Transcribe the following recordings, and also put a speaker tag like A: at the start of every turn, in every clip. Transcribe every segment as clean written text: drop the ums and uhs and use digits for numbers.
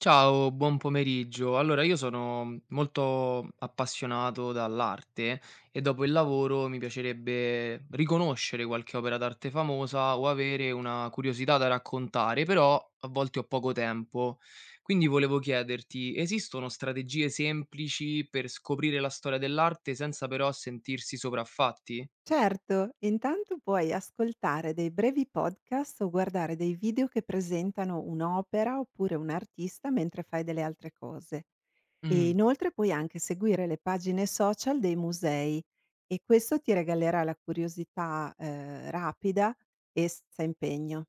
A: Ciao, buon pomeriggio. Allora, io sono molto appassionato dall'arte e dopo il lavoro mi piacerebbe riconoscere qualche opera d'arte famosa o avere una curiosità da raccontare, però a volte ho poco tempo. Quindi volevo chiederti, esistono strategie semplici per scoprire la storia dell'arte senza però sentirsi sopraffatti?
B: Certo, intanto puoi ascoltare dei brevi podcast o guardare dei video che presentano un'opera oppure un artista mentre fai delle altre cose. E
A: Mm.
B: inoltre puoi anche seguire le pagine social dei musei e questo ti regalerà la curiosità rapida e senza impegno.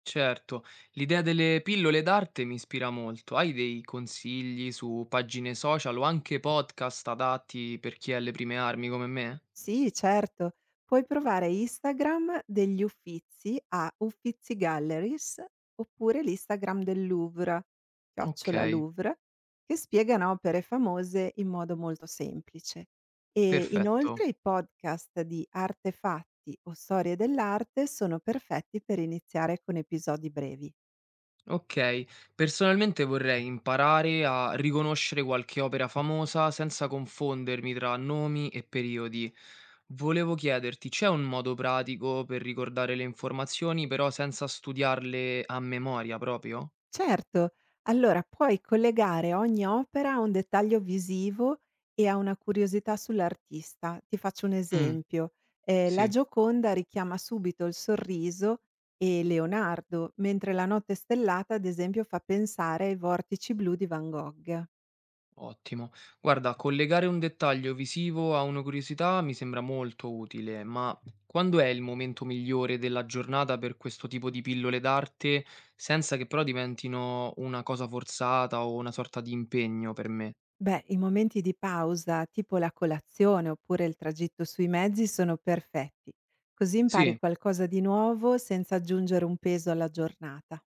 A: Certo, l'idea delle pillole d'arte mi ispira molto. Hai dei consigli su pagine social o anche podcast adatti per chi è alle prime armi come me?
B: Sì, certo. Puoi provare Instagram degli Uffizi a Uffizi Galleries oppure l'Instagram del Louvre,
A: Ok,
B: chiocciola Louvre, che spiegano opere famose in modo molto semplice. E inoltre
A: perfetto.
B: i podcast di Artefatti o Storie dell'arte sono perfetti per iniziare con episodi brevi.
A: Ok, personalmente vorrei imparare a riconoscere qualche opera famosa senza confondermi tra nomi e periodi. Volevo chiederti, c'è un modo pratico per ricordare le informazioni, però senza studiarle a memoria proprio?
B: Certo, allora puoi collegare ogni opera a un dettaglio visivo e a una curiosità sull'artista. Ti faccio un
A: Mm,
B: esempio. La
A: sì.
B: Gioconda richiama subito il sorriso e Leonardo, mentre la notte stellata, ad esempio, fa pensare ai vortici blu di Van Gogh.
A: Ottimo. Guarda, collegare un dettaglio visivo a una curiosità mi sembra molto utile, ma quando è il momento migliore della giornata per questo tipo di pillole d'arte, senza che però diventino una cosa forzata o una sorta di impegno per me?
B: Beh, i momenti di pausa, tipo la colazione oppure il tragitto sui mezzi, sono perfetti. Così impari
A: Sì,
B: qualcosa di nuovo senza aggiungere un peso alla giornata.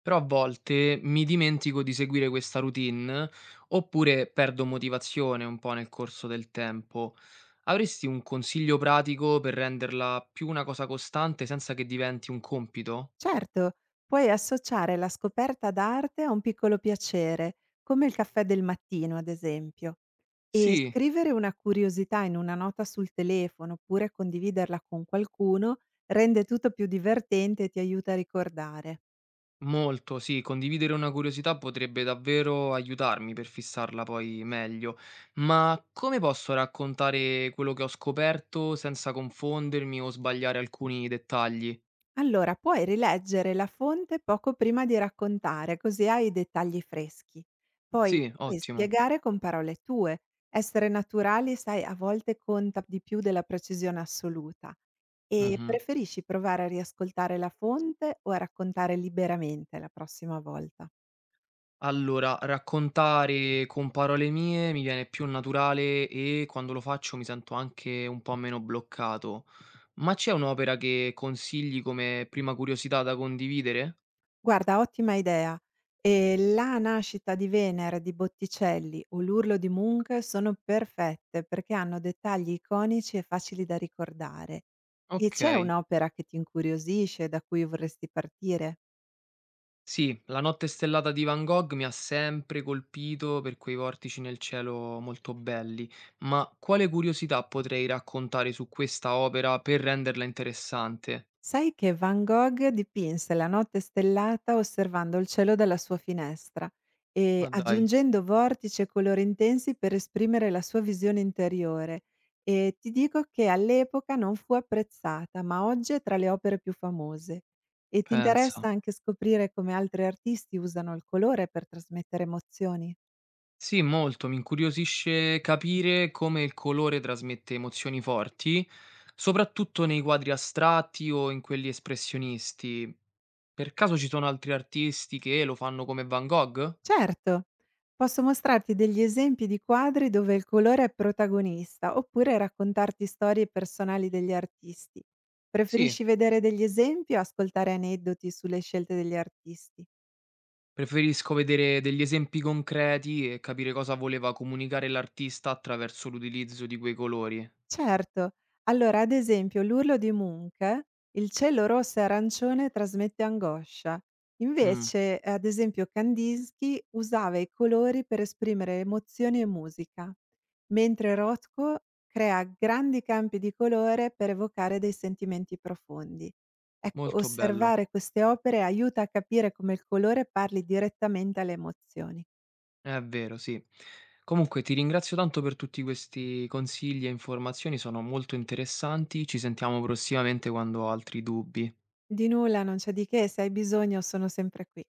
A: però a volte mi dimentico di seguire questa routine oppure perdo motivazione un po' nel corso del tempo. Avresti un consiglio pratico per renderla più una cosa costante senza che diventi un compito?
B: Certo, puoi associare la scoperta d'arte a un piccolo piacere, come il caffè del mattino, ad esempio, e
A: Sì.
B: scrivere una curiosità in una nota sul telefono oppure condividerla con qualcuno rende tutto più divertente e ti aiuta a ricordare.
A: Molto, sì, condividere una curiosità potrebbe davvero aiutarmi per fissarla poi meglio, ma come posso raccontare quello che ho scoperto senza confondermi o sbagliare alcuni dettagli?
B: Allora, puoi rileggere la fonte poco prima di raccontare, così hai i dettagli freschi. Poi
A: Sì,
B: puoi
A: ottimo.
B: spiegare con parole tue. Essere naturali, sai, a volte conta di più della precisione assoluta. E
A: Mhm.
B: preferisci provare a riascoltare la fonte o a raccontare liberamente la prossima volta?
A: Allora, raccontare con parole mie mi viene più naturale e quando lo faccio mi sento anche un po' meno bloccato. Ma c'è un'opera che consigli come prima curiosità da condividere?
B: Guarda, ottima idea. E la nascita di Venere di Botticelli o l'urlo di Munch sono perfette perché hanno dettagli iconici e facili da ricordare. E
A: Ok.
B: c'è un'opera che ti incuriosisce, da cui vorresti partire?
A: Sì, La notte stellata di Van Gogh mi ha sempre colpito per quei vortici nel cielo molto belli, ma quale curiosità potrei raccontare su questa opera per renderla interessante?
B: Sai che Van Gogh dipinse la notte stellata osservando il cielo dalla sua finestra e
A: Ma dai,
B: aggiungendo vortici e colori intensi per esprimere la sua visione interiore e ti dico che all'epoca non fu apprezzata, ma oggi è tra le opere più famose. E ti
A: pensa.
B: interessa anche scoprire come altri artisti usano il colore per trasmettere emozioni?
A: Sì, molto, mi incuriosisce capire come il colore trasmette emozioni forti, soprattutto nei quadri astratti o in quelli espressionisti. Per caso ci sono altri artisti che lo fanno come Van Gogh?
B: Certo, posso mostrarti degli esempi di quadri dove il colore è protagonista, oppure raccontarti storie personali degli artisti.
A: Sì.
B: Preferisci vedere degli esempi o ascoltare aneddoti sulle scelte degli artisti?
A: Preferisco vedere degli esempi concreti e capire cosa voleva comunicare l'artista attraverso l'utilizzo di quei colori.
B: Certo. Allora, ad esempio, l'Urlo di Munch, il cielo rosso e arancione trasmette angoscia.
A: Mh,
B: Invece, ad esempio, Kandinsky usava i colori per esprimere emozioni e musica, mentre Rothko crea grandi campi di colore per evocare dei sentimenti profondi. Ecco,
A: molto bello.
B: osservare queste opere aiuta a capire come il colore parli direttamente alle emozioni.
A: È vero, sì. Comunque ti ringrazio tanto per tutti questi consigli e informazioni, sono molto interessanti. Ci sentiamo prossimamente quando ho altri dubbi.
B: Di nulla, non c'è di che, se hai bisogno sono sempre qui.